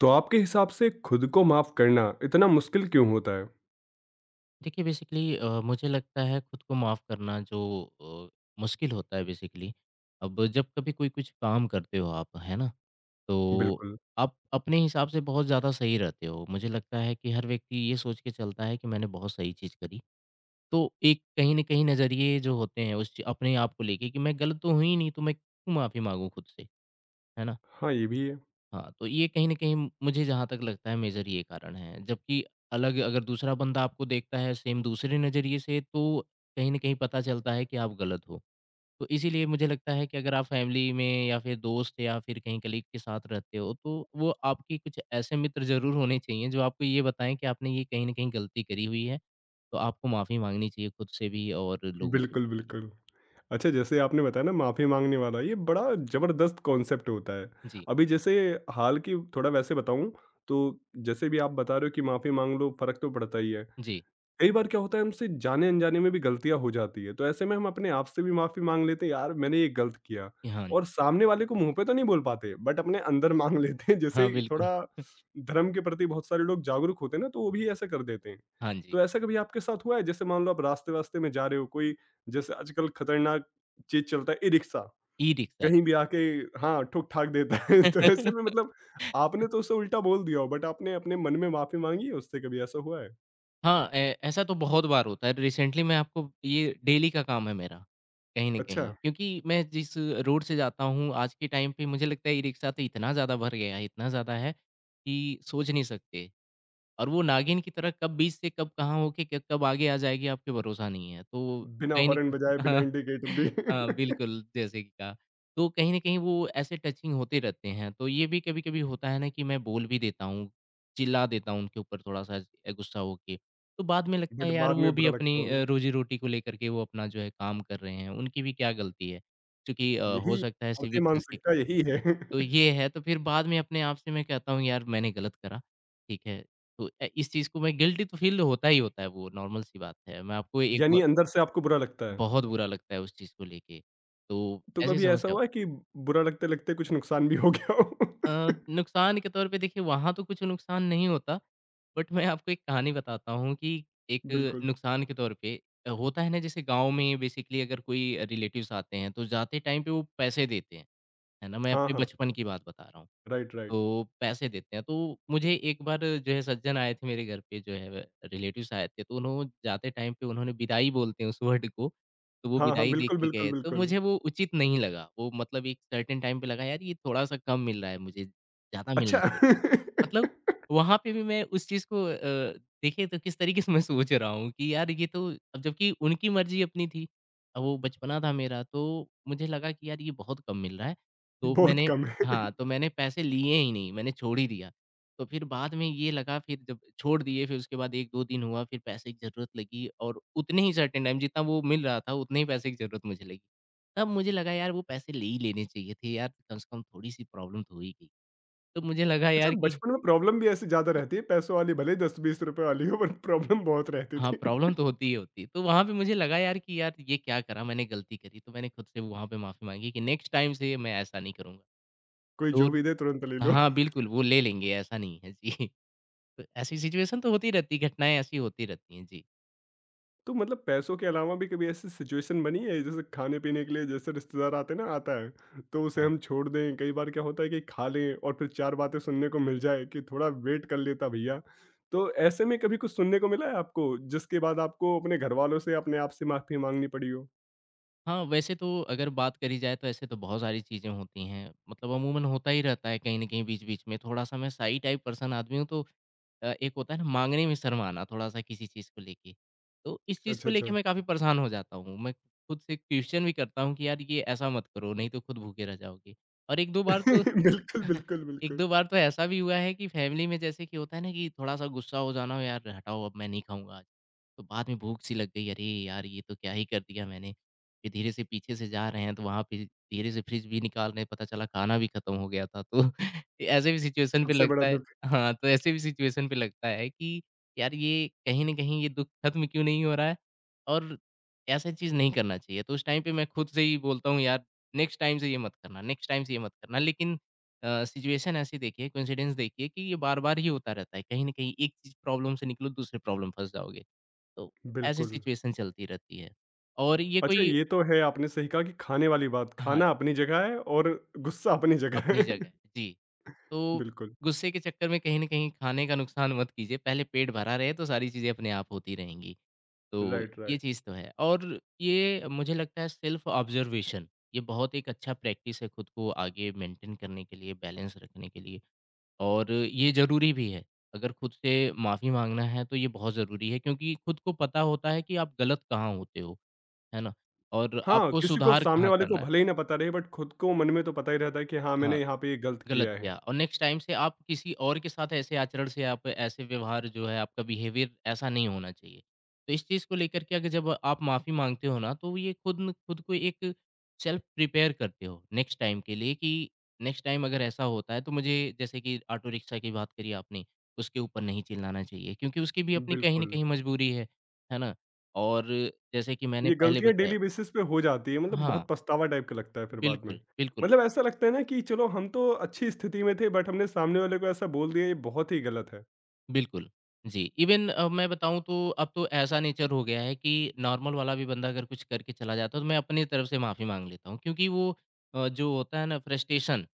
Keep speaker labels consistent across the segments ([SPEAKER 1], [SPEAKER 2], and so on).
[SPEAKER 1] तो आपके हिसाब से खुद को माफ करना इतना मुश्किल क्यों होता है?
[SPEAKER 2] देखिए बेसिकली मुझे लगता है खुद को माफ़ करना जो मुश्किल होता है बेसिकली। अब जब कभी कोई कुछ काम करते हो आप है ना, तो
[SPEAKER 1] बिल्कुल।
[SPEAKER 2] आप अपने हिसाब से बहुत ज़्यादा सही रहते हो। मुझे लगता है कि हर व्यक्ति ये सोच के चलता है कि मैंने बहुत सही चीज़ करी, तो एक कहीं ना कहीं नज़रिए जो होते हैं उस अपने आप को लेके कि मैं गलत तो हुई नहीं, तो मैं क्यों माफ़ी मांगू खुद से, है ना।
[SPEAKER 1] हाँ, ये भी है।
[SPEAKER 2] हाँ, तो ये कहीं न कहीं मुझे जहाँ तक लगता है मेजर ये कारण है। जबकि अलग अगर दूसरा बंदा आपको देखता है सेम दूसरे नज़रिए से, तो कहीं न कहीं पता चलता है कि आप गलत हो। तो इसीलिए मुझे लगता है कि अगर आप फैमिली में या फिर दोस्त या फिर कहीं कलीग के साथ रहते हो, तो वो आपके कुछ ऐसे मित्र ज़रूर होने चाहिए जो आपको ये बताएँ कि आपने ये कहीं न कहीं गलती करी हुई है। तो आपको माफ़ी माँगनी चाहिए खुद से भी और लोगों से
[SPEAKER 1] बिल्कुल,
[SPEAKER 2] भी।
[SPEAKER 1] बिल्कुल। अच्छा जैसे आपने बताया ना माफ़ी माँगने वाला ये बड़ा ज़बरदस्त कॉन्सेप्ट होता है।
[SPEAKER 2] जी,
[SPEAKER 1] अभी जैसे हाल की थोड़ा वैसे बताऊँ तो जैसे भी आप बता रहे हो कि माफ़ी माँग लो फ़र्क तो पड़ता ही है।
[SPEAKER 2] जी।
[SPEAKER 1] कई बार क्या होता है हमसे जाने-अनजाने में भी गलतियाँ हो जाती है, तो ऐसे में हम अपने आप से भी माफ़ी माँग लेते हैं, यार मैंने ये गलत किया
[SPEAKER 2] हाँ, जी।
[SPEAKER 1] और सामने वाले को मुँह पे तो नहीं बोल पाते बट अपने अंदर माँग लेते हैं जैसे
[SPEAKER 2] हाँ बिल्कुल।
[SPEAKER 1] थोड़ा धर्म के प्रति बहुत सारे लोग जागरूक होते हैं ना, तो वो भी ऐसा कर देते हैं।
[SPEAKER 2] हाँ जी।
[SPEAKER 1] तो ऐसा कभी आपके साथ हुआ है? जैसे मान लो आप रास्ते-वास्ते में जा रहे हो, कोई जैसे आजकल खतरनाक चीज़ चलता है ई-रिक्शा,
[SPEAKER 2] ई-रिक्शा।
[SPEAKER 1] कहीं भी आके हाँ, ठुक-ठाक देता है तो ऐसे में मतलब आपने तो उसे उल्टा बोल दिया हो बट आपने अपने मन में माफ़ी माँगी है उससे, कभी ऐसा हुआ है?
[SPEAKER 2] हाँ, ए ऐसा तो बहुत बार होता है। रिसेंटली मैं आपको ये डेली का काम है मेरा, कहीं न
[SPEAKER 1] अच्छा।
[SPEAKER 2] कहीं। क्योंकि मैं जिस रोड से जाता हूँ, आज के टाइम पे मुझे लगता है ई-रिक्शा तो इतना ज़्यादा भर गया है, इतना ज़्यादा है कि सोच नहीं सकते। और वो नागिन की तरह कब बीच से कब कहाँ होके क कब आगे आ जाएगी आपको भरोसा नहीं है। तो
[SPEAKER 1] बिना
[SPEAKER 2] कहीं न
[SPEAKER 1] हॉर्न
[SPEAKER 2] कहीं
[SPEAKER 1] बजाए, बिना
[SPEAKER 2] हाँ,
[SPEAKER 1] इंडिकेटर
[SPEAKER 2] हाँ,
[SPEAKER 1] दिए
[SPEAKER 2] बिल्कुल जैसे कि कहा। तो कहीं न कहीं वो ऐसे टचिंग होते रहते हैं। तो ये भी कभी-कभी होता है ना कि मैं बोल भी देता हूँ, चिल्ला देता हूँ उनके ऊपर थोड़ा-सा गुस्सा होके। तो बाद में लगता है
[SPEAKER 1] बट
[SPEAKER 2] यार
[SPEAKER 1] बाद
[SPEAKER 2] वो
[SPEAKER 1] में
[SPEAKER 2] भी
[SPEAKER 1] बुरा लगता
[SPEAKER 2] अपनी
[SPEAKER 1] होगा।
[SPEAKER 2] रोज़ी-रोटी को लेकर के वो अपना जो है काम कर रहे हैं, उनकी भी क्या गलती है? क्योंकि हो
[SPEAKER 1] यही
[SPEAKER 2] सकता है
[SPEAKER 1] भारतीय
[SPEAKER 2] सिविक सेंस के।
[SPEAKER 1] मानसिकता यही है।
[SPEAKER 2] तो ये है, तो फिर बाद में अपने आप से मैं कहता हूँ यार मैंने गलत करा, ठीक है। तो इस चीज़ को मैं गिल्टी तो फ़ील होता ही होता है, वो नॉर्मल सी बात है। मैं आपको एक
[SPEAKER 1] यानी
[SPEAKER 2] ब
[SPEAKER 1] अंदर से आपको बुरा लगता है।
[SPEAKER 2] बहुत बुरा लगता है उस चीज़ को लेके। तो
[SPEAKER 1] तो
[SPEAKER 2] ऐसी
[SPEAKER 1] कभी ऐसा
[SPEAKER 2] समस्या हो।
[SPEAKER 1] हुआ है कि बुरा लगते-लगते कुछ नुकसान भी हो गया हो?
[SPEAKER 2] अ, नुकसान के तौर पे देखिए वहाँ तो कुछ नुकसान नहीं होता, बट मैं आपको एक कहानी बताता हूँ कि एक
[SPEAKER 1] बिल्कुल।
[SPEAKER 2] नुकसान के तौर पे होता है ना जैसे गाँव में बेसिकली अगर कोई रिलेटिव्स आते हैं, तो जाते टाइम पे वो पैसे देते हैं, है ना? मैं
[SPEAKER 1] हाँ,
[SPEAKER 2] अपने
[SPEAKER 1] हाँ।
[SPEAKER 2] बचपन की बात बता रहा हूँ।
[SPEAKER 1] राइट,
[SPEAKER 2] तो
[SPEAKER 1] राइट।
[SPEAKER 2] पैसे देते हैं। तो मुझे एक बार जो है सज्जन आए थे मेरे घर पे जो है रिलेटिव्स आए थे, तो उन्हों जाते टाइम पे उन्होंने विदाई बोलते हैं उस वर्ड को, तो वो
[SPEAKER 1] हाँ, हाँ।
[SPEAKER 2] विदाई दे
[SPEAKER 1] बिल्कुल,
[SPEAKER 2] के
[SPEAKER 1] बिल्कुल,
[SPEAKER 2] गए। तो
[SPEAKER 1] बिल्कुल।
[SPEAKER 2] मुझे वो उचित नहीं लगा। वो मतलब एक सर्टेन टाइम पे लगा यार ये थोड़ा-सा कम मिल रहा है मुझे, ज़्यादा मिलना
[SPEAKER 1] अच्छा
[SPEAKER 2] चाहिए था। मतलब वहाँ पे भी मैं उस चीज़ को देखिए तो किस तरीके से मैं सोच रहा हूँ कि यार ये तो अब जबकि उनकी मर्ज़ी अपनी थी। अब वो बचपना था मेरा, तो मुझे लगा कि यार ये बहुत कम मिल रहा है। तो
[SPEAKER 1] बहुत
[SPEAKER 2] मैंने
[SPEAKER 1] कम है।
[SPEAKER 2] हाँ, तो मैंने पैसे लिए ही नहीं, मैंने छोड़ ही दिया। तो फिर बाद में ये लगा, फिर जब छोड़ दिए फिर उसके बाद 1-2 दिन हुआ, फिर पैसे की ज़रूरत लगी और उतने ही सर्टेन टाइम जितना वो मिल रहा था उतने ही पैसे की ज़रूरत मुझे लगी। तब मुझे लगा यार वो पैसे ले ही लेने चाहिए थे यार, कम से कम थोड़ी-सी प्रॉब्लम तो हो ही गई। तो मुझे लगा
[SPEAKER 1] अच्छा
[SPEAKER 2] यार कि
[SPEAKER 1] बचपन में प्रॉब्लम भी ऐसी ज़्यादा रहती है, पैसों वाली भले ही ₹10-20 वाली हो बट प्रॉब्लम बहुत रहती
[SPEAKER 2] हाँ,
[SPEAKER 1] थी।
[SPEAKER 2] प्रॉब्लम तो होती ही होती है। तो वहाँ पे मुझे लगा यार कि यार ये क्या करा मैंने, गलती करी, तो मैंने खुद से वहाँ पे माफ़ी माँगी कि नेक्स्ट टाइम से मैं ऐसा नहीं करूँगा।
[SPEAKER 1] कोई
[SPEAKER 2] तो
[SPEAKER 1] जो भी दे तुरंत ले लो।
[SPEAKER 2] हाँ, बिल्कुल वो ले लेंगे ऐसा नहीं है। जी। तो ऐसी सिचुएशन तो होती रहती है, घटनाएँ ऐसी होती रहती हैं। जी।
[SPEAKER 1] तो मतलब पैसों के अलावा भी कभी ऐसी सिचुएशन बनी है जैसे खाने पीने के लिए जैसे रिश्तेदार आते ना आता है तो उसे
[SPEAKER 2] हाँ।
[SPEAKER 1] हम छोड़ दें कई बार क्या होता है कि खा लें और फिर चार बातें सुनने को मिल जाए कि थोड़ा वेट कर लेता भैया तो ऐसे में कभी कुछ सुनने को मिला है आपको जिसके बाद आपको अपने घर वालों से अपने आप से माफी मांगनी पड़ी हो
[SPEAKER 2] हाँ, वैसे तो अगर बात करी जाए तो ऐसे तो बहुत सारी चीज़ें होती हैं, मतलब अमूमन होता ही रहता है कहीं न कहीं बीच-बीच में। थोड़ा-सा मैं शाई टाइप पर्सन आदमी हूँ, तो एक होता है ना माँगने में शर्माना थोड़ा-सा किसी चीज़ को लेके। तो इस चीज़ को
[SPEAKER 1] अच्छा अच्छा
[SPEAKER 2] लेके मैं काफ़ी परेशान हो जाता हूँ। मैं खुद से क्वेश्चन भी करता हूँ कि यार ये ऐसा मत करो, नहीं तो खुद भूखे रह जाओगे। और 1-2 बार तो
[SPEAKER 1] बिल्कुल बिल्कुल बिल्कुल
[SPEAKER 2] 1-2 बार तो ऐसा भी हुआ है कि फैमिली में जैसे कि होता है ना कि थोड़ा-सा गुस्सा हो जाना, यार हटाओ अब मैं नहीं खाऊँगा। तो बाद में भूख सी लग गई, अरे यार! ये तो क्या ही कर दिया मैंने। फिर धीरे से पीछे से जा रहे हैं तो वहाँ पे धीरे से फ्रिज भी निकाल रहे हैं, पता चला खाना भी खत्म हो गया था। तो ऐसे भी सिचुएशन पे
[SPEAKER 1] सबसे बड़ा
[SPEAKER 2] लगता है।
[SPEAKER 1] दुख
[SPEAKER 2] हाँ, तो ऐसे भी सिचुएशन पे लगता है कि यार ये कहीं न कहीं ये दुःख खत्म क्यों नहीं हो रहा है, और ऐसा चीज़ नहीं करना चाहिए। तो उस टाइम पे मैं खुद से ही बोलता हूँ यार नेक्स्ट टाइम से ये मत करना, नेक्स्ट टाइम से ये मत करना। लेकिन सिचुएशन ऐसी देखिए, कोइंसिडेंस देखिए कि ये बार-बार ही होता रहता है। कहीं न कहीं एक चीज़ प्रॉब्लम से निकलो, दूसरे प्रॉब्लम फँस जाओगे। तो ऐसी
[SPEAKER 1] बिल्कुल
[SPEAKER 2] सिचुएशन चलती रहती है, और ये
[SPEAKER 1] अच्छा
[SPEAKER 2] कोई
[SPEAKER 1] ये तो है आपने सही कहा कि खाने वाली बात
[SPEAKER 2] हाँ, जी,
[SPEAKER 1] खाना अपनी जगह है और गुस्सा अपनी जगह
[SPEAKER 2] अपनी
[SPEAKER 1] है
[SPEAKER 2] जगह है। जी, तो
[SPEAKER 1] बिल्कुल
[SPEAKER 2] गुस्से के चक्कर में कहीं न कहीं खाने का नुकसान मत कीजिए, पहले पेट भरा रहे तो सारी चीज़ें अपने आप होती रहेंगी। तो
[SPEAKER 1] राइट
[SPEAKER 2] ये
[SPEAKER 1] राइट
[SPEAKER 2] चीज़ तो है, और ये मुझे लगता है सेल्फ ऑब्ज़र्वेशन ये बहुत एक अच्छा प्रैक्टिस है खुद को आगे मेंटेन करने के लिए, बैलेंस रखने के लिए, और ये ज़रूरी भी है। अगर खुद से माफ़ी माँगना है तो ये बहुत ज़रूरी है क्योंकि खुद को पता होता है कि आप गलत कहाँ होते हो। है ना? और
[SPEAKER 1] हाँ,
[SPEAKER 2] आपको
[SPEAKER 1] किसी को
[SPEAKER 2] सुधार
[SPEAKER 1] सामने
[SPEAKER 2] कहाँ
[SPEAKER 1] वाले को
[SPEAKER 2] करना है?
[SPEAKER 1] भले ही ना पता रहे बट खुद को मन में तो पता ही रहता है कि हाँ,
[SPEAKER 2] हाँ,
[SPEAKER 1] मैंने यहाँ पे ये गलत
[SPEAKER 2] गलत
[SPEAKER 1] किया है।
[SPEAKER 2] किया और नेक्स्ट टाइम से आप किसी और के साथ ऐसे आचरण से आप ऐसे व्यवहार जो है आपका बिहेवियर ऐसा नहीं होना चाहिए। तो इस चीज़ को लेकर के अगर जब आप माफ़ी माँगते हो ना, तो ये खुद न खुद को एक सेल्फ प्रिपेयर करते हो नेक्स्ट टाइम के लिए कि नेक्स्ट टाइम अगर ऐसा होता है तो मुझे जैसे कि ऑटो रिक्शा की बात करी आपने, उसके ऊपर नहीं चिल्लाना चाहिए क्योंकि उसकी भी अपनी कहीं न
[SPEAKER 1] बिल्कुल,
[SPEAKER 2] कहीं मजबूरी है ना? और जैसे कि मैंने
[SPEAKER 1] ये
[SPEAKER 2] पहले
[SPEAKER 1] गलतियाँ
[SPEAKER 2] बताया
[SPEAKER 1] डेली बेसिस पे हो जाती है मतलब
[SPEAKER 2] हाँ,
[SPEAKER 1] बहुत पछतावा टाइप का लगता है फिर बाद में।
[SPEAKER 2] बिल्कुल, बिल्कुल।
[SPEAKER 1] मतलब ऐसा लगता है ना कि चलो हम तो अच्छी स्थिति में थे बट हमने सामने वाले को ऐसा बोल दिया ये बहुत ही गलत है।
[SPEAKER 2] बिल्कुल, जी। इवन मैं बताऊँ तो अब तो ऐसा नेचर हो गया है कि नॉर्मल वाला भी बंदा अगर कुछ करके चला जाता है तो मैं अपनी तरफ से माफ़ी माँग लेता हूँ क्योंकि वो जो होता है ना फ्रस्ट्रेशन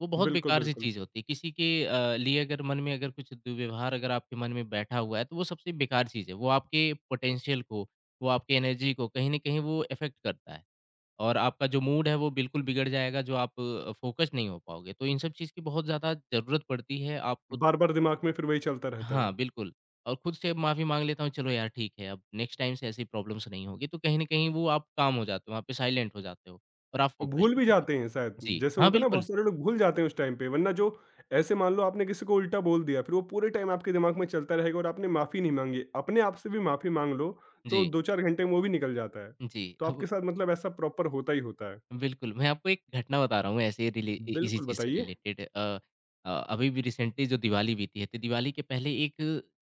[SPEAKER 2] वो बहुत
[SPEAKER 1] बिल्कुल,
[SPEAKER 2] बेकार सी
[SPEAKER 1] बिल्कुल।
[SPEAKER 2] चीज़ होती है। किसी के लिए अगर मन में अगर कुछ दुर्व्यवहार अगर आपके मन में बैठा हुआ है तो वो सबसे बेकार चीज़ है। वो आपके पोटेंशियल को, वो आपकी एनर्जी को कहीं न कहीं वो इफ़ेक्ट करता है, और आपका जो मूड है वो बिल्कुल बिगड़ जाएगा, जो आप फ़ोकस नहीं हो पाओगे। तो इन सब चीज़ की बहुत ज़्यादा ज़रूरत पड़ती है आपको।
[SPEAKER 1] बार-बार दिमाग में फिर वही चलता रहता है।
[SPEAKER 2] हाँ, बिल्कुल, और खुद से माफ़ी माँग लेता हूँ, चलो यार ठीक है, अब नेक्स्ट टाइम से ऐसी प्रॉब्लम्स नहीं होगी, तो कहीं न कहीं वो आप काम हो जाते हो, वहाँ पे साइलेंट हो जाते हो, और आप
[SPEAKER 1] और
[SPEAKER 2] फ़ोकस्ड
[SPEAKER 1] भूल
[SPEAKER 2] हो
[SPEAKER 1] भी
[SPEAKER 2] जाते
[SPEAKER 1] जाते हैं शायद,
[SPEAKER 2] हो। जी।
[SPEAKER 1] जैसे
[SPEAKER 2] हाँ,
[SPEAKER 1] होता है ना बहुत
[SPEAKER 2] बिल्कुल।
[SPEAKER 1] सारे लोग भूल जाते हैं उस टाइम पे, वरना जो ऐसे मान लो आपने किसी को उल्टा बोल दिया, फिर वो पूरे टाइम आपके दिमाग में चलता रहेगा और आपने माफ़ी नहीं माँगी। अपने आप से भी माफ़ी माँग लो, तो
[SPEAKER 2] जी,
[SPEAKER 1] 2-4 घंटे में वो भी निकल जाता है।
[SPEAKER 2] जी।
[SPEAKER 1] तो आपके
[SPEAKER 2] अब
[SPEAKER 1] साथ मतलब ऐसा प्रॉपर होता ही होता है।
[SPEAKER 2] बिल्कुल, मैं आपको एक घटना बता रहा हूँ ऐसे ही रिले इ इसी
[SPEAKER 1] बिल्कुल
[SPEAKER 2] चीज़ से
[SPEAKER 1] बताइए।
[SPEAKER 2] रिलेटेड अभी भी रिसेंटली जो दिवाली बीती है, तो दिवाली के पहले एक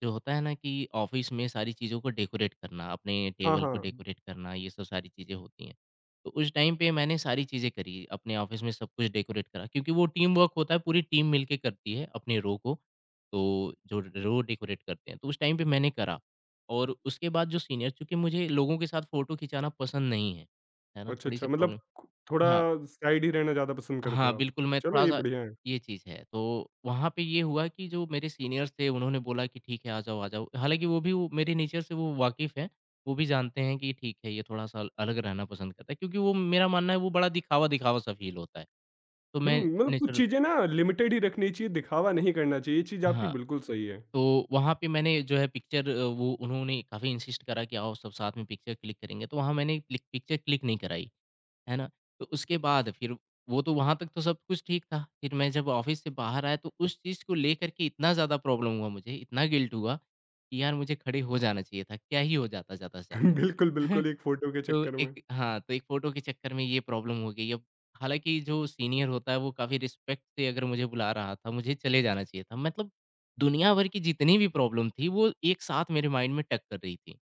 [SPEAKER 2] जो होता है ना कि ऑफ़िस में सारी चीज़ों को डेकोरेट करना, अपने
[SPEAKER 1] हाँ,
[SPEAKER 2] टेबल को
[SPEAKER 1] हाँ।
[SPEAKER 2] डेकोरेट करना, ये सब सारी चीज़ें होती हैं। तो उस टाइम पे मैंने सारी चीज़ें करी, अपने ऑफ़िस में सब कुछ डेकोरेट करा क्योंकि वो टीम वर्क होता है, पूरी टीम मिलके करती है अपने रो को, तो जो रो डेकोरेट करते हैं, तो उस टाइम पे मैंने करा। और उसके बाद जो सीनियर, चूँकि मुझे लोगों के साथ फ़ोटो खिंचाना पसंद नहीं है, है ना?
[SPEAKER 1] अच्छा,
[SPEAKER 2] थोड़ी-सी
[SPEAKER 1] अच्छा मतलब
[SPEAKER 2] प्रॉब्लम।
[SPEAKER 1] थोड़ा
[SPEAKER 2] हाँ,
[SPEAKER 1] साइड ही रहना ज़्यादा पसंद करते
[SPEAKER 2] हाँ,
[SPEAKER 1] हो आप।
[SPEAKER 2] बिल्कुल, मैं
[SPEAKER 1] चलो ये
[SPEAKER 2] थोड़ा-सा
[SPEAKER 1] बढ़िया है।
[SPEAKER 2] ये चीज़ है। तो वहाँ पे ये हुआ कि जो मेरे सीनियर्स थे, उन्होंने बोला कि ठीक है, आ जाओ, आ जाओ। हालाँकि वो भी वो मेरे नेचर से वो वाकिफ़ हैं, वो भी जानते हैं कि ठीक है, ये थोड़ा-सा अलग रहना पसंद करता है क्योंकि वो मेरा मानना है, वो बड़ा दिखावा-दिखावा सा फ़ील होता है। तो
[SPEAKER 1] हुँ,
[SPEAKER 2] मैं
[SPEAKER 1] मतलब कुछ
[SPEAKER 2] नेचुरल
[SPEAKER 1] चीज़ें ना लिमिटेड ही रखनी चाहिए, दिखावा नहीं करना चाहिए, ये चीज़ आपकी
[SPEAKER 2] हाँ,
[SPEAKER 1] बिल्कुल सही है।
[SPEAKER 2] तो वहाँ पे मैंने जो है पिक्चर वो उन्होंने काफ़ी इंसिस्ट करा कि आओ, सब साथ में पिक्चर क्लिक करेंगे, तो वहाँ मैंने क्लिक पिक्चर क्लिक नहीं कराई। है ना? तो उसके बाद फिर वो तो वहाँ तक तो सब कुछ ठीक था। फिर मैं जब ऑफ़िस से बाहर आया तो उस चीज़ को लेकर के इतना ज़्यादा प्रॉब्लम हुआ मुझे, इतना गिल्ट हुआ कि यार मुझे खड़े हो जाना चाहिए था। क्या ही हो जाता ज़्यादा से
[SPEAKER 1] बिल्कुल,
[SPEAKER 2] ज़्यादा।
[SPEAKER 1] बिल्कुल एक फ़ोटो के
[SPEAKER 2] तो
[SPEAKER 1] चक्कर में।
[SPEAKER 2] एक हाँ, तो एक फ़ोटो के चक्कर में ये प्रॉब्लम हो गई। अब हालाँकि जो सीनियर होता है वो काफ़ी रिस्पेक्ट से अगर मुझे बुला रहा था, मुझे चले जाना चाहिए था। मतलब दुनिया भर की जितनी भी प्रॉब्लम थी वो एक साथ मेरे माइंड में टक कर रही थी,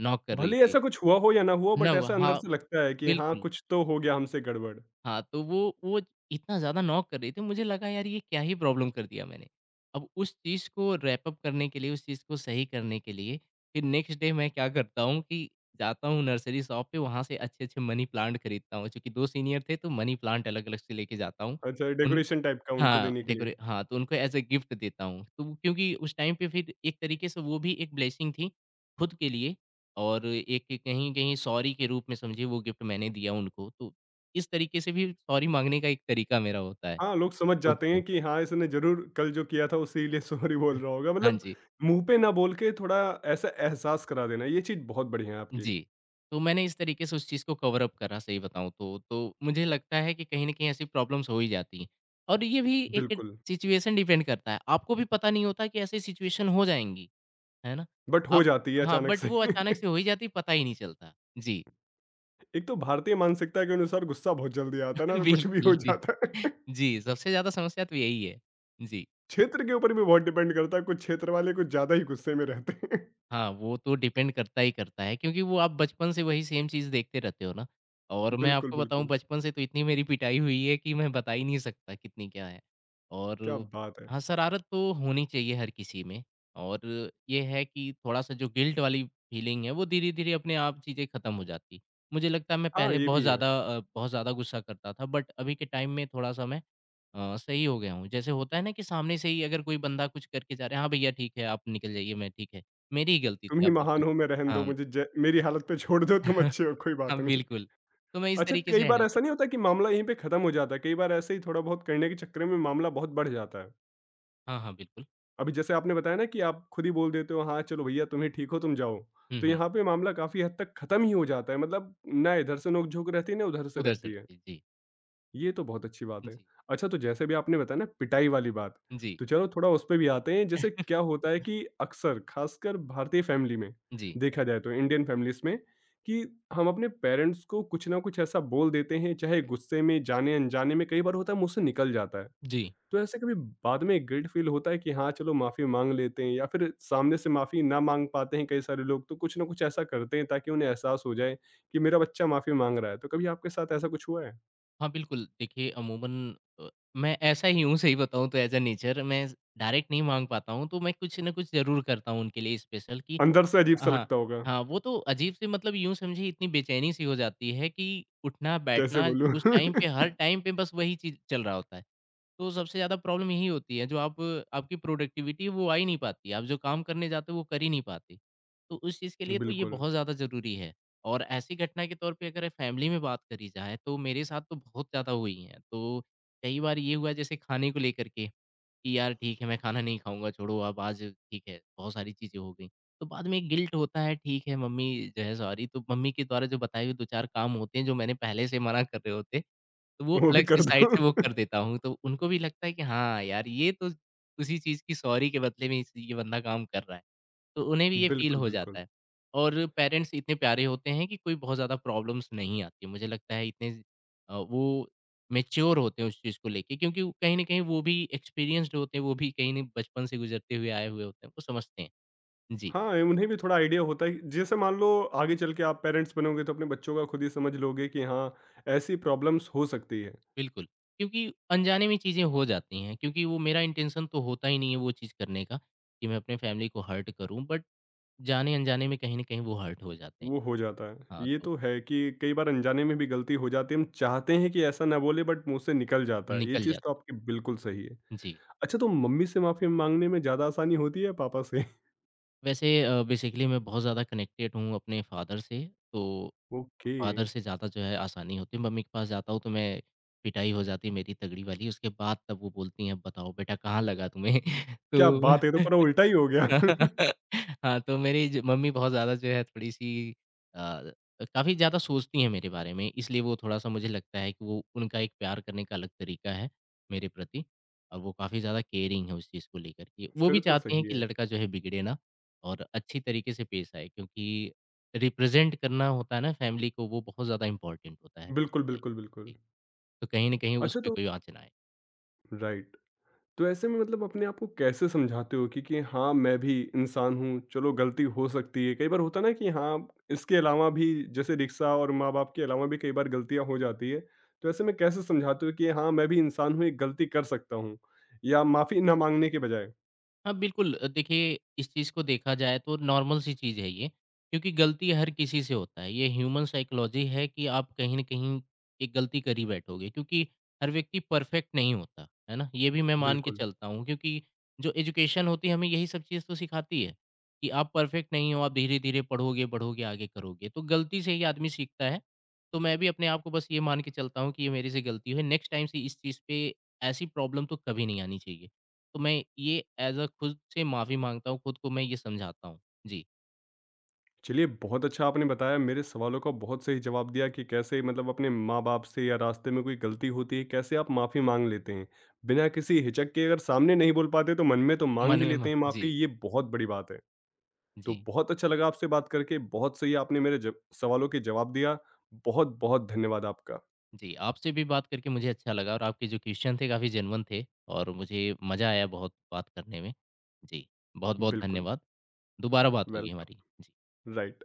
[SPEAKER 2] नॉक कर रही
[SPEAKER 1] भले ही
[SPEAKER 2] थी।
[SPEAKER 1] ऐसा कुछ हुआ हो या ना हुआ हो
[SPEAKER 2] ना
[SPEAKER 1] बट
[SPEAKER 2] हुआ
[SPEAKER 1] ऐसा अंदर
[SPEAKER 2] हाँ,
[SPEAKER 1] से लगता है कि हाँ,
[SPEAKER 2] बिल्कुल।
[SPEAKER 1] कुछ तो हो गया हमसे गड़बड़।
[SPEAKER 2] हाँ, तो वो इतना ज़्यादा नॉक कर रही थी, मुझे लगा यार ये क्या ही प्रॉब्लम कर दिया मैंने। अब उस चीज़ को रैप अप करने के लिए, उस चीज़ को सही करने के लिए, फिर नेक्स्ट डे मैं क्या करता हूँ कि जाता हूँ नर्सरी शॉप पे, वहाँ से अच्छे-अच्छे मनी प्लांट खरीदता हूँ। चूँकि 2 सीनियर थे, तो मनी प्लांट अलग-अलग से लेके जाता हूँ।
[SPEAKER 1] अच्छा
[SPEAKER 2] उन
[SPEAKER 1] डेकोरेशन टाइप का उनको
[SPEAKER 2] हाँ,
[SPEAKER 1] देने के लिए।
[SPEAKER 2] डेकोरे हाँ, तो उनको एज़ अ गिफ्ट देता हूँ। तो वो- क्योंकि उस टाइम पे फिर एक तरीके से वो भी एक ब्लेसिंग थी खुद के लिए और एक कहीं-कहीं सॉरी के रूप में समझिए वो गिफ्ट मैंने दिया उनको। तो इस तरीके से भी सॉरी माँगने का एक तरीका मेरा होता है
[SPEAKER 1] हाँ, लोग समझ
[SPEAKER 2] खुद
[SPEAKER 1] जाते
[SPEAKER 2] को।
[SPEAKER 1] हैं कि हाँ, इसने ज़रूर कल जो किया था उसीलिए सॉरी बोल रहा होगा।
[SPEAKER 2] हाँ
[SPEAKER 1] मतलब
[SPEAKER 2] जी,
[SPEAKER 1] मुँह पे ना बोल के थोड़ा ऐसा एहसास करा देना, ये चीज़ बहुत बढ़िया है आपकी।
[SPEAKER 2] जी। तो मैंने इस तरीके से उस चीज़ को कवर अप करा सही बताऊँ तो। तो मुझे लगता है कि कहीं न कहीं ऐसी प्रॉब्लम्स हो ही जाती हैं और ये भी एक
[SPEAKER 1] बिल्कुल,
[SPEAKER 2] सिचुएशन डिपेंड करता है। आपको भी पता नहीं होता कि ऐसी सिचुएशन हो जाएँगी। है ना?
[SPEAKER 1] बट हो
[SPEAKER 2] अब
[SPEAKER 1] जाती है
[SPEAKER 2] हाँ,
[SPEAKER 1] अचानक
[SPEAKER 2] बट
[SPEAKER 1] से।
[SPEAKER 2] वो अचानक से हो ही जाती, पता ही नहीं चलता। जी,
[SPEAKER 1] एक तो भारतीय मानसिकता के अनुसार गुस्सा बहुत जल्दी आता है ना, तो कुछ भी
[SPEAKER 2] बिल्कुल,
[SPEAKER 1] हो
[SPEAKER 2] जी।
[SPEAKER 1] जाता है।
[SPEAKER 2] जी, सबसे ज़्यादा समस्या तो यही है। जी।
[SPEAKER 1] क्षेत्र के ऊपर भी बहुत डिपेंड करता है, कुछ क्षेत्र वाले कुछ ज़्यादा ही गुस्से में रहते हैं।
[SPEAKER 2] हाँ, वो तो डिपेंड करता ही करता है क्योंकि वो आप बचपन से वही सेम चीज़ देखते रहते हो ना। और मैं
[SPEAKER 1] बिल्कुल,
[SPEAKER 2] आपको बताऊँ
[SPEAKER 1] बिल्कुल।
[SPEAKER 2] बचपन से तो इतनी मेरी पिटाई हुई है कि मैं बता ही नहीं सकता कितनी क्या है। और
[SPEAKER 1] क्या बात है!
[SPEAKER 2] हाँ, शरारत तो होनी चाहिए हर किसी में और ये है कि थोड़ा-सा जो गिल्ट वाली फीलिंग है वो धीरे-धीरे अपने आप चीज़ें ख़त्म हो जाती। मुझे लगता है मैं
[SPEAKER 1] हाँ,
[SPEAKER 2] पहले
[SPEAKER 1] ये
[SPEAKER 2] बहुत
[SPEAKER 1] भी है।
[SPEAKER 2] ज़्यादा बहुत ज़्यादा गुस्सा करता था बट अभी के टाइम में थोड़ा-सा मैं सही हो गया हूँ। जैसे होता है ना कि सामने से ही अगर कोई बंदा कुछ करके जा रहा है, "हाँ भैया ठीक है, आप निकल जाइए, मैं ठीक है, मेरी ही गलती
[SPEAKER 1] तुम
[SPEAKER 2] थी,
[SPEAKER 1] ही
[SPEAKER 2] आप बिल्कुल"
[SPEAKER 1] महान हो, मैं रहने दो,
[SPEAKER 2] हाँ,
[SPEAKER 1] मुझे ज मेरी हालत पे छोड़ दो, तुम अच्छे हो, कोई बात
[SPEAKER 2] हाँ,
[SPEAKER 1] नहीं।
[SPEAKER 2] बिल्कुल। तो मैं इस
[SPEAKER 1] अच्छा
[SPEAKER 2] तरीके
[SPEAKER 1] कई
[SPEAKER 2] से
[SPEAKER 1] बार
[SPEAKER 2] हैंडल कर
[SPEAKER 1] ऐसा नहीं होता कि मामला यहीं पे खत्म हो जाता है? कई बार ऐसे ही थोड़ा बहुत करने के चक्कर में मामला बहुत बढ़ जाता है।
[SPEAKER 2] हाँ, हाँ, बिल्कुल।
[SPEAKER 1] अभी जैसे आपने बताया ना कि आप खुद ही बोल देते हो, हाँ, चलो भैया तुम ही ठीक हो, तुम जाओ।
[SPEAKER 2] हुँ,
[SPEAKER 1] तो
[SPEAKER 2] हुँ,
[SPEAKER 1] यहाँ पे मामला काफ़ी हद तक खत्म ही हो जाता है, मतलब ना इधर से नोक-झोंक रहती है, ना उधर से
[SPEAKER 2] उधर से
[SPEAKER 1] रहती है।
[SPEAKER 2] रखिए। जी,
[SPEAKER 1] ये तो बहुत अच्छी बात है।
[SPEAKER 2] जी,
[SPEAKER 1] अच्छा तो जैसे भी आपने बताया ना पिटाई वाली बात,
[SPEAKER 2] जी,
[SPEAKER 1] तो चलो थोड़ा उस पे भी आते हैं। जैसे क्या होता है कि अक्सर खासकर भारतीय फैमिली में
[SPEAKER 2] जी,
[SPEAKER 1] देखा जाए तो इंडियन फैमिलीज़ में कि हम अपने पेरेंट्स को कुछ ना कुछ ऐसा बोल देते हैं, चाहे गुस्से में, जाने-अनजाने में कई बार होता है मुँह से निकल जाता है।
[SPEAKER 2] जी।
[SPEAKER 1] तो ऐसे कभी बाद में गिल्ट फ़ील होता है कि हाँ, चलो माफ़ी माँग लेते हैं या फिर सामने से माफ़ी ना माँग पाते हैं कई सारे लोग तो कुछ ना कुछ ऐसा करते हैं ताकि उन्हें एहसास हो जाए कि मेरा बच्चा माफ़ी माँग रहा है। तो कभी आपके साथ ऐसा कुछ हुआ है?
[SPEAKER 2] हाँ, बिल्कुल, देखिए अमूमन अ, मैं ऐसा ही हूँ सही बताऊँ तो एज़ अ नेचर मैं डायरेक्ट नहीं माँग पाता हूँ, तो मैं कुछ ना कुछ ज़रूर करता हूँ उनके लिए स्पेशल कि
[SPEAKER 1] अंदर से अजीब-सा
[SPEAKER 2] हाँ,
[SPEAKER 1] लगता होगा,
[SPEAKER 2] हाँ, वो तो अजीब सी मतलब यूँ समझिए इतनी बेचैनी सी हो जाती है कि
[SPEAKER 1] कैसे
[SPEAKER 2] उठना-बैठना
[SPEAKER 1] बोलूँ?
[SPEAKER 2] उस टाइम पे हर टाइम पे बस वही चीज़ चल रहा होता है। तो सबसे ज़्यादा प्रॉब्लम यही होती है जो आप आपकी प्रोडक्टिविटी है वो आ ही नहीं पाती है। आप जो काम करने जाते हो वो कर ही नहीं पाते। तो उस चीज़ के लिए तो ये
[SPEAKER 1] बिल्कुल,
[SPEAKER 2] बहुत ज़्यादा ज़रूरी है। और ऐसी घटना के तौर पे अगर फैमिली में बात करी जाए तो मेरे साथ तो बहुत ज़्यादा हुई है। तो कई बार ये हुआ है जैसे खाने को लेकर के कि यार ठीक है मैं खाना नहीं खाऊँगा छोड़ो अब आज ठीक है, बहुत सारी चीज़ें हो गई। तो बाद में गिल्ट होता है ठीक है मम्मी जो है सॉरी तो मम्मी के द्वारा जो बताए हुए 2-4 काम होते हैं जो मैंने पहले से मना कर रहे होते, तो वो
[SPEAKER 1] वो भी
[SPEAKER 2] अलग से
[SPEAKER 1] कर
[SPEAKER 2] साइड
[SPEAKER 1] दो।
[SPEAKER 2] से वो कर देता हूँ। तो उनको भी लगता है कि हाँ, यार ये तो उसी चीज़ की सॉरी के बदले में इस ये बंदा काम कर रहा है। तो उन्हें भी ये फ़ील
[SPEAKER 1] बिल्कुल,
[SPEAKER 2] हो
[SPEAKER 1] बिल्कुल।
[SPEAKER 2] जाता है और पेरेंट्स इतने प्यारे होते हैं कि कोई बहुत ज़्यादा प्रॉब्लम्स नहीं आती है। मुझे लगता है इतने वो मैच्योर होते हैं उस चीज़ को लेके क्योंकि वो कहीं न कहीं वो भी एक्सपीरियंस्ड होते हैं, वो भी कहीं न बचपन से गुज़रते हुए आए हुए होते हैं, वो समझते हैं। जी।
[SPEAKER 1] हाँ, ए उन्हें भी थोड़ा आइडिया होता है जैसे मान लो आगे चल के आप पेरेंट्स बनोगे तो अपने बच्चों का खुद ही समझ लोगे कि हाँ, ऐसी प्रॉब्लम्स हो सकती है,
[SPEAKER 2] बिल्कुल, क्योंकि अनजाने में चीज़ें हो जाती हैं, क्योंकि वो मेरा इंटेंशन तो होता ही नहीं है वो चीज़ करने का, कि मैं अपने फैमिली को हर्ट करूँ, बट जाने-अनजाने में कहीं न कहीं वो हर्ट हो जाते हैं।
[SPEAKER 1] वो हो जाता है।
[SPEAKER 2] हाँ,
[SPEAKER 1] ये
[SPEAKER 2] तो
[SPEAKER 1] तो है कि कई बार अनजाने में भी गलती हो जाती है, हम चाहते हैं कि ऐसा ना बोले बट मुँह से निकल जाता है, ये
[SPEAKER 2] निकल जाते
[SPEAKER 1] चीज़ तो
[SPEAKER 2] हैं।
[SPEAKER 1] आपकी बिल्कुल सही है।
[SPEAKER 2] जी,
[SPEAKER 1] अच्छा तो मम्मी से माफ़ी माँगने में ज़्यादा आसानी होती है या पापा से?
[SPEAKER 2] वैसे बेसिकली मैं बहुत ज़्यादा कनेक्टेड हूँ अपने फ़ादर से, तो
[SPEAKER 1] ओके,
[SPEAKER 2] फ़ादर से ज़्यादा जो है आसानी होती है, मम्मी के पास जाता हूँ तो मैं पिटाई हो जाती है मेरी तगड़ी वाली, उसके बाद तब वो बोलती हैं, "अब बताओ बेटा कहाँ लगा तुम्हें?"
[SPEAKER 1] क्या
[SPEAKER 2] तो
[SPEAKER 1] बात है! ये तो पूरा उल्टा ही हो गया।
[SPEAKER 2] हाँ, तो मेरी ज मम्मी बहुत ज़्यादा जो है थोड़ी-सी अ, काफ़ी ज़्यादा सोचती हैं मेरे बारे में, इसलिए वो थोड़ा-सा मुझे लगता है कि वो उनका एक प्यार करने का अलग तरीका है मेरे प्रति और वो काफ़ी ज़्यादा केयरिंग है उस चीज़ को लेकर के। वो भी
[SPEAKER 1] फिर तो
[SPEAKER 2] चाहती हैं
[SPEAKER 1] सही
[SPEAKER 2] कि
[SPEAKER 1] है।
[SPEAKER 2] लड़का जो है बिगड़े ना और अच्छी तरीके से पेश आए क्योंकि रिप्रेज़ेंट करना होता है ना फैमिली को, वो बहुत ज़्यादा इम्पोर्टेंट होता है। किसी
[SPEAKER 1] बिल्कुल,
[SPEAKER 2] टाइप।
[SPEAKER 1] बिल्कुल, बिल्कुल।
[SPEAKER 2] जी, तो कहीं न कहीं
[SPEAKER 1] अच्छा
[SPEAKER 2] उसपे
[SPEAKER 1] तो
[SPEAKER 2] कोई आँच ना आए।
[SPEAKER 1] राइट, तो ऐसे में मतलब अपने आप को कैसे समझाते हो कि हाँ, मैं भी इंसान हूँ, चलो गलती हो सकती है। कई बार होता है ना कि हाँ, इसके अलावा भी जैसे रिक्शा और माँ-बाप के अलावा भी कई बार गलतियाँ हो जाती है। तो ऐसे में कैसे समझाते हो कि हाँ, मैं भी इंसान हूँ, एक गलती कर सकता हूँ या माफ़ी ना माँगने के बजाय?
[SPEAKER 2] हाँ, बिल्कुल देखिए इस चीज़ को देखा जाए तो नॉर्मल सी चीज़ है ये, क्योंकि गलती हर किसी से होता है। ये ह्यूमन साइकोलॉजी है कि आप कहीं न कहीं एक गलती कर ही बैठोगे क्योंकि हर व्यक्ति परफेक्ट नहीं होता, है ना? ये भी मैं मान के
[SPEAKER 1] बिल्कुल।
[SPEAKER 2] चलता हूँ क्योंकि जो एजुकेशन होती है हमें यही सब चीज़ तो सिखाती है, कि आप परफेक्ट नहीं हो, आप धीरे-धीरे पढ़ोगे, बढ़ोगे, आगे करोगे। तो गलती से ही आदमी सीखता है, तो मैं भी अपने आप को बस ये मान के चलता हूँ कि ये मेरे से गलती हुई है, नेक्स्ट टाइम से इस चीज़ पे ऐसी प्रॉब्लम तो कभी नहीं आनी चाहिए। तो मैं ये ऐज़ अ खुद से माफ़ी माँगता हूँ, खुद को मैं ये समझाता हूँ। जी,
[SPEAKER 1] चलिए, बहुत अच्छा आपने बताया, मेरे सवालों का बहुत सही जवाब दिया कि कैसे मतलब अपने माँ-बाप से या रास्ते में कोई गलती होती है, कैसे आप माफ़ी माँग लेते हैं। बिना किसी हिचक के अगर सामने नहीं बोल पाते तो मन में तो माँग
[SPEAKER 2] मन
[SPEAKER 1] ही
[SPEAKER 2] में म
[SPEAKER 1] लेते हैं माफ़ी,
[SPEAKER 2] जी,
[SPEAKER 1] ये बहुत बड़ी बात है। तो
[SPEAKER 2] जी,
[SPEAKER 1] बहुत अच्छा लगा आपसे बात करके, बहुत सही आपने मेरे जब सवालों के जवाब दिया। बहुत-बहुत धन्यवाद आपका।
[SPEAKER 2] जी। आपसे भी बात करके मुझे अच्छा लगा और आपके जो क्वेश्चन थे काफ़ी जेन्युइन थे और मुझे मज़ा आया बहुत बात करने में। जी, बहुत-बहुत
[SPEAKER 1] बिल्कुल,
[SPEAKER 2] धन्यवाद। दोबारा बात होगी
[SPEAKER 1] वेलकम,
[SPEAKER 2] हमारी। जी।
[SPEAKER 1] राइट।